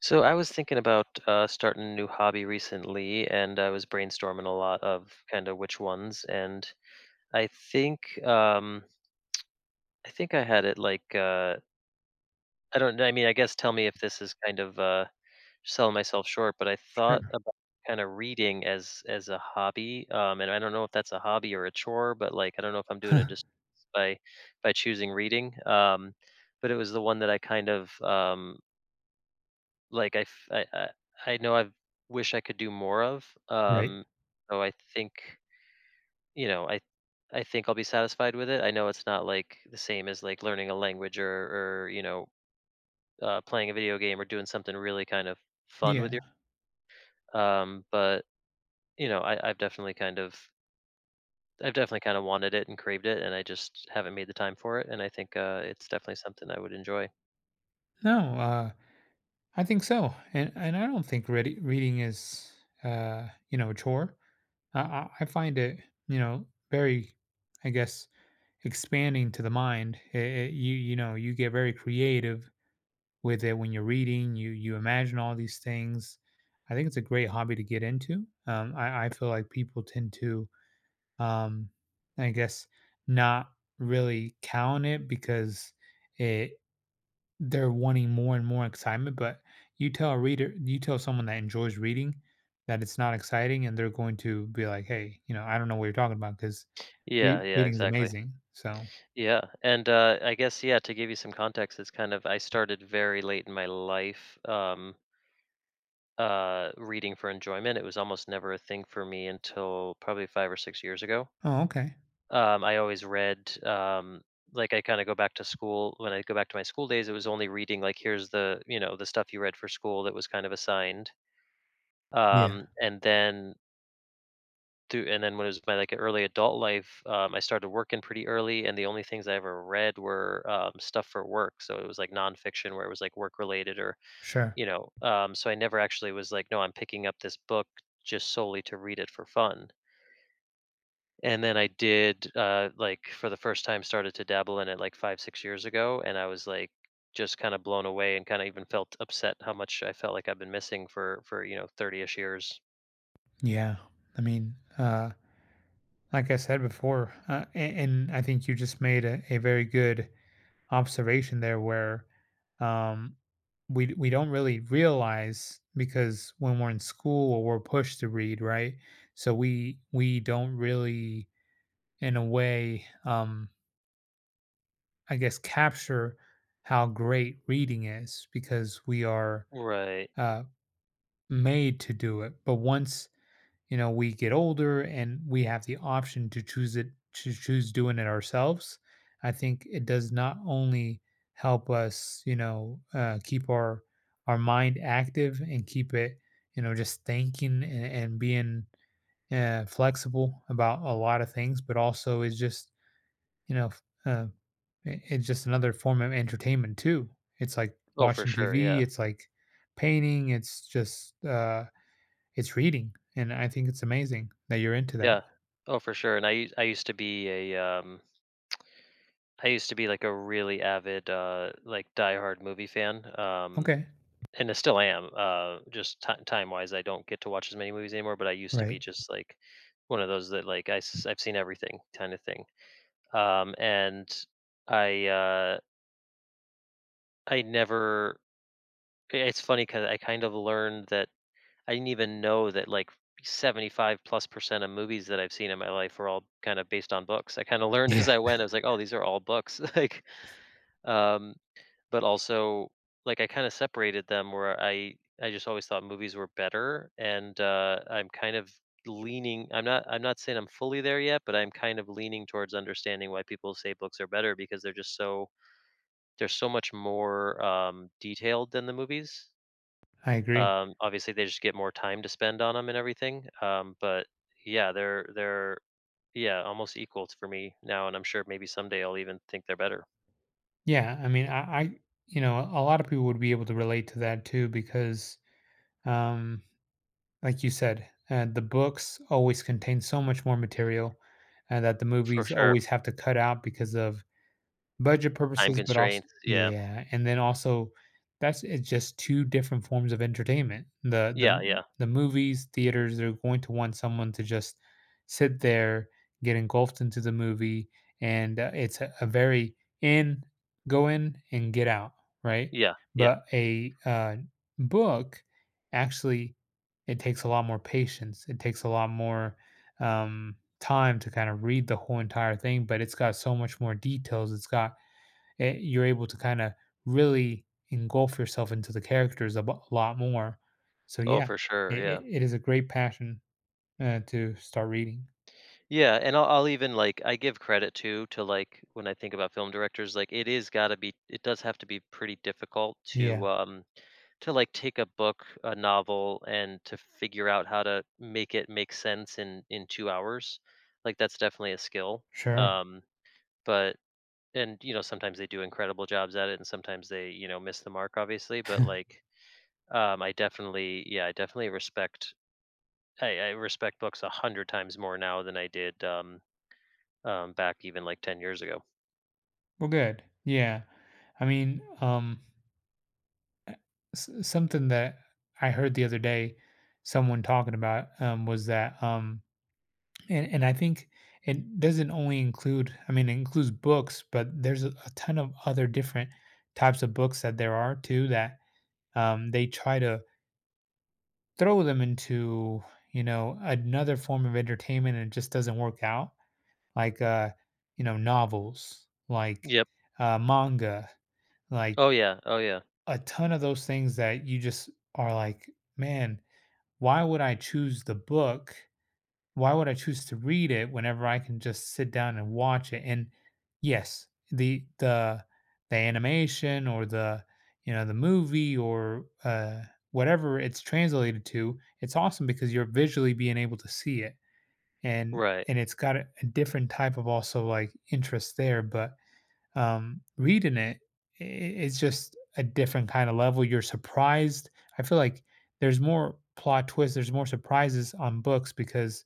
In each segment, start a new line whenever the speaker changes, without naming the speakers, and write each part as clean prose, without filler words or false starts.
So I was thinking about starting a new hobby recently, and I was brainstorming a lot of kind of which ones. And I think I think I had it like I don't. I mean, I guess tell me if this is kind of selling myself short, but I thought
Sure.
about kind of reading as a hobby. And I don't know if that's a hobby or a chore, but like I don't know if I'm doing a
Huh.
disservice by by choosing reading. But It was the one that I kind of Like I f I know I wish I could do more of,
Right.
so I think, you know, I I think I'll be satisfied with it. I know it's not, like, the same as, like, learning a language or, playing a video game or doing something really kind of fun with
Yeah.
your, but, you know, I I've definitely kind of I've definitely kinda wanted it and craved it, and I just haven't made the time for it, and I think, it's definitely something I would enjoy.
No, I think so. And I don't think reading is, you know, a chore. I find it, you know, very, I guess, expanding to the mind. You you know, you get very creative with it when you're reading. You imagine all these things. I think it's a great hobby to get into. I feel like people tend to, um, I guess, not really count it because it they're wanting more and more excitement, but you tell a reader, you tell someone that enjoys reading that it's not exciting, and they're going to be like, "Hey, you know, I don't know what you're talking about because
Yeah, yeah,
reading is
exactly.
amazing." So,
Yeah, and, I guess, yeah, to give you some context, it's kind of I started very late in my life, reading for enjoyment. It was almost never a thing for me until probably 5 or 6 years ago.
oh, okay,
I always read, like, I kinda go back to school when I go back to my school days, it was only reading, like, here's the stuff you read for school that was kind of assigned.
yeah,
Um, and then and then when it was my, like, early adult life, I started working pretty early, and the only things I ever read were, stuff for work, so it was, like, nonfiction where it was, like, work related or,
sure,
so I never actually was like, "No, I'm picking up this book just solely to read it for fun." And then I did, like, for the first time, started to dabble in it, like, 5, 6 years ago, and I was, like, just kinda blown away and kinda even felt upset how much I felt like I've been missing for 30-ish years.
yeah. I mean, like I said before, and I think you just made a very good observation there where, um, we don't really realize because when we're in school we're pushed to read, right? So we don't really, in a way, I guess, capture how great reading is because we are,
Right.
uh, made to do it. But once, you know, we get older and we have the option to choose it, to choose doing it ourselves, I think it does not only help us, you know, keep our mind active and keep it, you know, just thinking and, being, flexible about a lot of things, but also is just, you know, it's just another form of entertainment too. It's like
Oh, for
watching
sure,
tv,
yeah.
it's like painting, it's just, it's reading, and I think it's amazing that you're into that.
Yeah. Oh, for sure. And I used to be like a really avid like diehard movie fan.
Okay.
And I still am. Just time-wise I don't get to watch as many movies anymore, but I used to be
Right.
just like one of those that like I have seen everything kind of thing. And I uh I never I- It's funny cuz I kind of learned that I didn't even know that like 75 plus percent of movies that I've seen in my life were all kind of based on books. I kind of learned
Yeah.
as I went. I was like, oh, these are all books. Um, but also like I kind of separated them where I just always thought movies were better, and I'm kind of leaning. I'm not. I'm not saying I'm fully there yet, but I'm kind of leaning towards understanding why people say books are better because they're so much more detailed than the movies,
I agree.
obviously. They just get more time to spend on them and everything. But Yeah, they're almost equal for me now, and I'm sure maybe someday I'll even think they're better.
Yeah, I mean, I you know, a lot of people would be able to relate to that too because, um, like you said, the books always contain so much more material, and that the
For
movies
sure.
always have to cut out because of budget
Time
purposes, but also,
constraints. Yeah,
yeah, and then also that's it's just two different forms of entertainment. The the
yeah, yeah,
the movies, theaters, they're going to want someone to just sit there, get engulfed into the movie, and, it's a very in go in and get out, right?
yeah, yeah.
But a book, actually, it takes a lot more patience. It takes a lot more, time to kinda read the whole entire thing, but it's got so much more details. It, you're able to kind of really engulf yourself into the characters a lot more. So
Oh,
yeah,
for sure.
it, it
Yeah.
it is a great passion, to start reading.
Yeah, and I'll even, like I give credit to, like, when I think about film directors, like, it does have to be pretty difficult
Yeah,
to, like, take a book, a novel, and to figure out how to make it make sense in 2 hours. Like, that's definitely a skill,
sure.
um, but and, you know, sometimes they do incredible jobs at it, and sometimes they, you know, miss the mark, obviously, but, like, I definitely respect I respect books 100 times more now than I did, back even like 10 years ago.
Well, good. Yeah, I mean, uh, something that I heard the other day, someone talking about, was that, and I think it doesn't only include. I mean, it includes books, but there's a ton of other different types of books that there are too that, they try to throw them into, you know, another form of entertainment, and it just doesn't work out, like, you know, novels, like,
Yep.
manga, like,
Oh yeah. Oh yeah.
a ton of those things that you just are like, "Man, why would I choose the book why would I choose to read it whenever I can just sit down and watch it? And yes, the animation or the, you know, the movie or, whatever it's translated to, it's awesome because you're visually being able to see it, and
Right.
and it's got a different type of also like interest there. But, reading it, i- it's just a different kind of level. You're surprised. I feel like there's more plot twists. There's more surprises on books because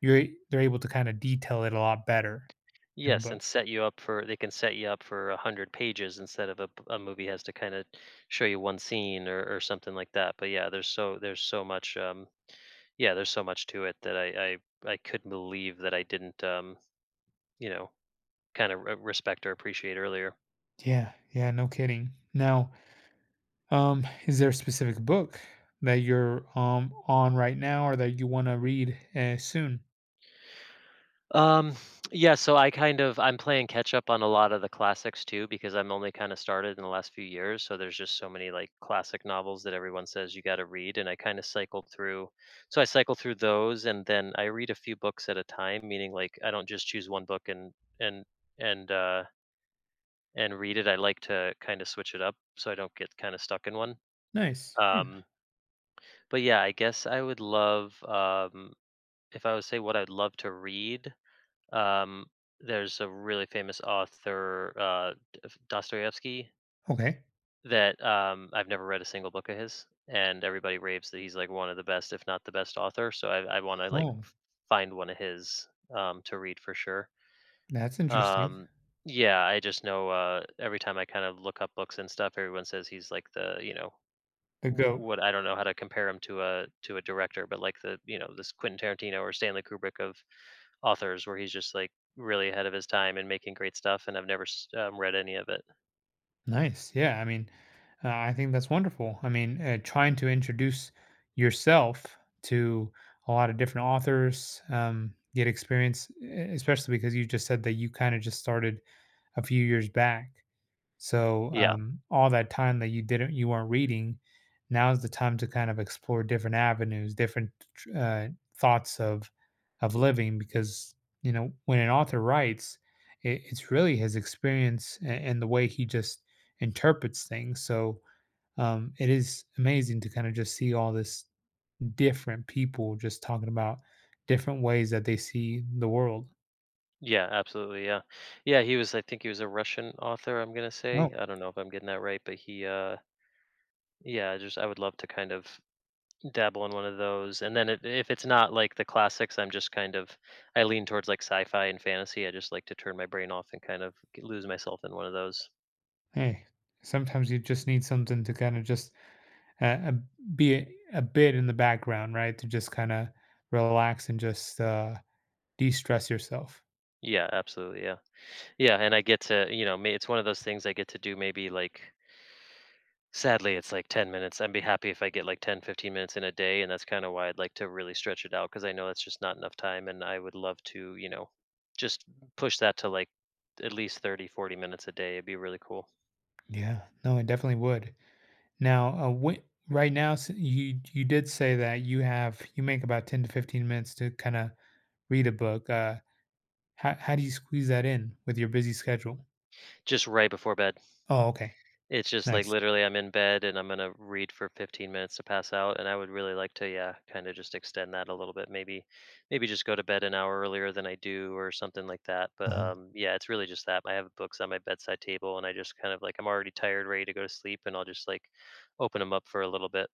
you're they're able to kinda detail it a lot better in
Yes, and
books.
set you up for they can set you up for 100 pages instead of a movie has to kind of show you one scene or something like that. But yeah, there's so much yeah there's so much to it that I couldn't believe that I didn't you know kind of respect or appreciate earlier.
Yeah, yeah, no kidding. Now, is there a specific book that you're, on right now or that you wanna read, soon?
Um, yeah, so I kind of I'm playing catch up on a lot of the classics too because I'm only kind of started in the last few years, so there's just so many like classic novels that everyone says you got to read and I kind of cycle through. So I cycle through those and then I read a few books at a time, meaning like I don't just choose one book and and uh and read it. I like to kind of switch it up so I don't get kind of stuck in one.
Nice, yeah,
Um, but Yeah, I guess I would love, if I would say what I'd love to read, um, there's a really famous author, Dostoevsky,
okay.
that, I've never read a single book of his, and everybody raves that he's like one of the best, if not the best author. So I want to like
Oh,
find one of his, to read for sure.
that's interesting.
Um, yeah, I just know, every time I kind of look up books and stuff, everyone says he's like the you know
The GOAT.
what, I don't know how to compare him to a director, but like the you know this Quentin Tarantino or Stanley Kubrick of authors, where he's just like really ahead of his time and making great stuff. And I've never read any of it.
Nice, yeah, I mean, I think that's wonderful. I mean, trying to introduce yourself to a lot of different authors, get experience, e especially because you just said that you kinda just started a few years back. So,
Yeah,
all that time that you weren't reading, now is the time to kind of explore different avenues, different thoughts of living, because, you know, when an author writes, it's really his experience and, the way he just interprets things. So, it is amazing to kind of just see all this different people just talking about different ways that they see the world.
yeah, absolutely, yeah, yeah. He was, I think, he was a Russian author. I'm gonna
Oh,
say, I don't know if I'm getting that right, but he, yeah, just I would love to kind of dabble in one of those. And then, if it's not like the classics, I'm just kind of I lean towards like sci-fi and fantasy. I just like to turn my brain off and kind of lose myself in one of those.
hey, sometimes you just need something to kind of just, uh, a- be a bit in the background, right? To just kind of relax and just, de-stress yourself.
Yeah, absolutely. Yeah. Yeah, and I get to, you know, may it's one of those things I get to do maybe like sadly it's like 10 minutes. I'd be happy if I get like 10, 15 minutes in a day, and that's kind of why I'd like to really stretch it out because I know that's just not enough time and I would love to, you know, just push that to like at least 30, 40 minutes a day. It'd be really cool.
Yeah, no, I definitely would. Now, right now, you did say that you make about 10 to 15 minutes to kind of read a book. How do you squeeze that in with your busy schedule?
Just right before bed.
Oh, okay,
It's just like
nice.
literally I'm in bed and I'm gonna read for 15 minutes to pass out, and I would really like to, yeah, kind of just extend that a little bit. Maybe just go to bed an hour earlier than I do, or something like that. But,
Uh-huh.
yeah, it's really just that. I have books on my bedside table, and I just kind of like I'm already tired, ready to go to sleep, and I'll just like open them up for a little bit.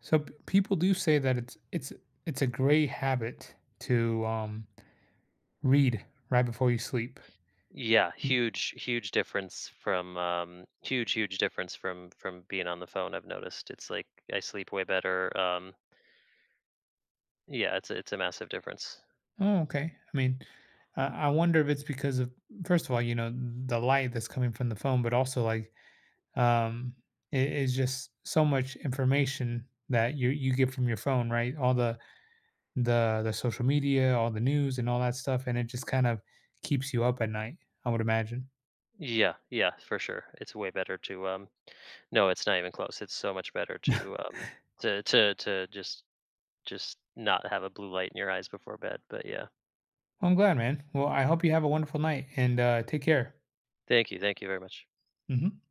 So people do say that it's a great habit to, read right before you sleep.
Yeah, huge, huge difference from being on the phone. I've noticed it's like I sleep way better. Yeah, it's a massive difference.
Oh, okay. I mean, I wonder if it's because of, first of all, you know, the light that's coming from the phone, but also like, um, it is just so much information that you get from your phone, right? All the social media, all the news, and all that stuff, and it just kind of keeps you up at night. I would imagine.
Yeah, yeah, for sure. It's way better to, no, it's not even close. It's so much better to just not have a blue light in your eyes before bed. But yeah.
Well, I'm glad, man. Well, I hope you have a wonderful night and, take care.
Thank you. Thank you very much.
Hmm.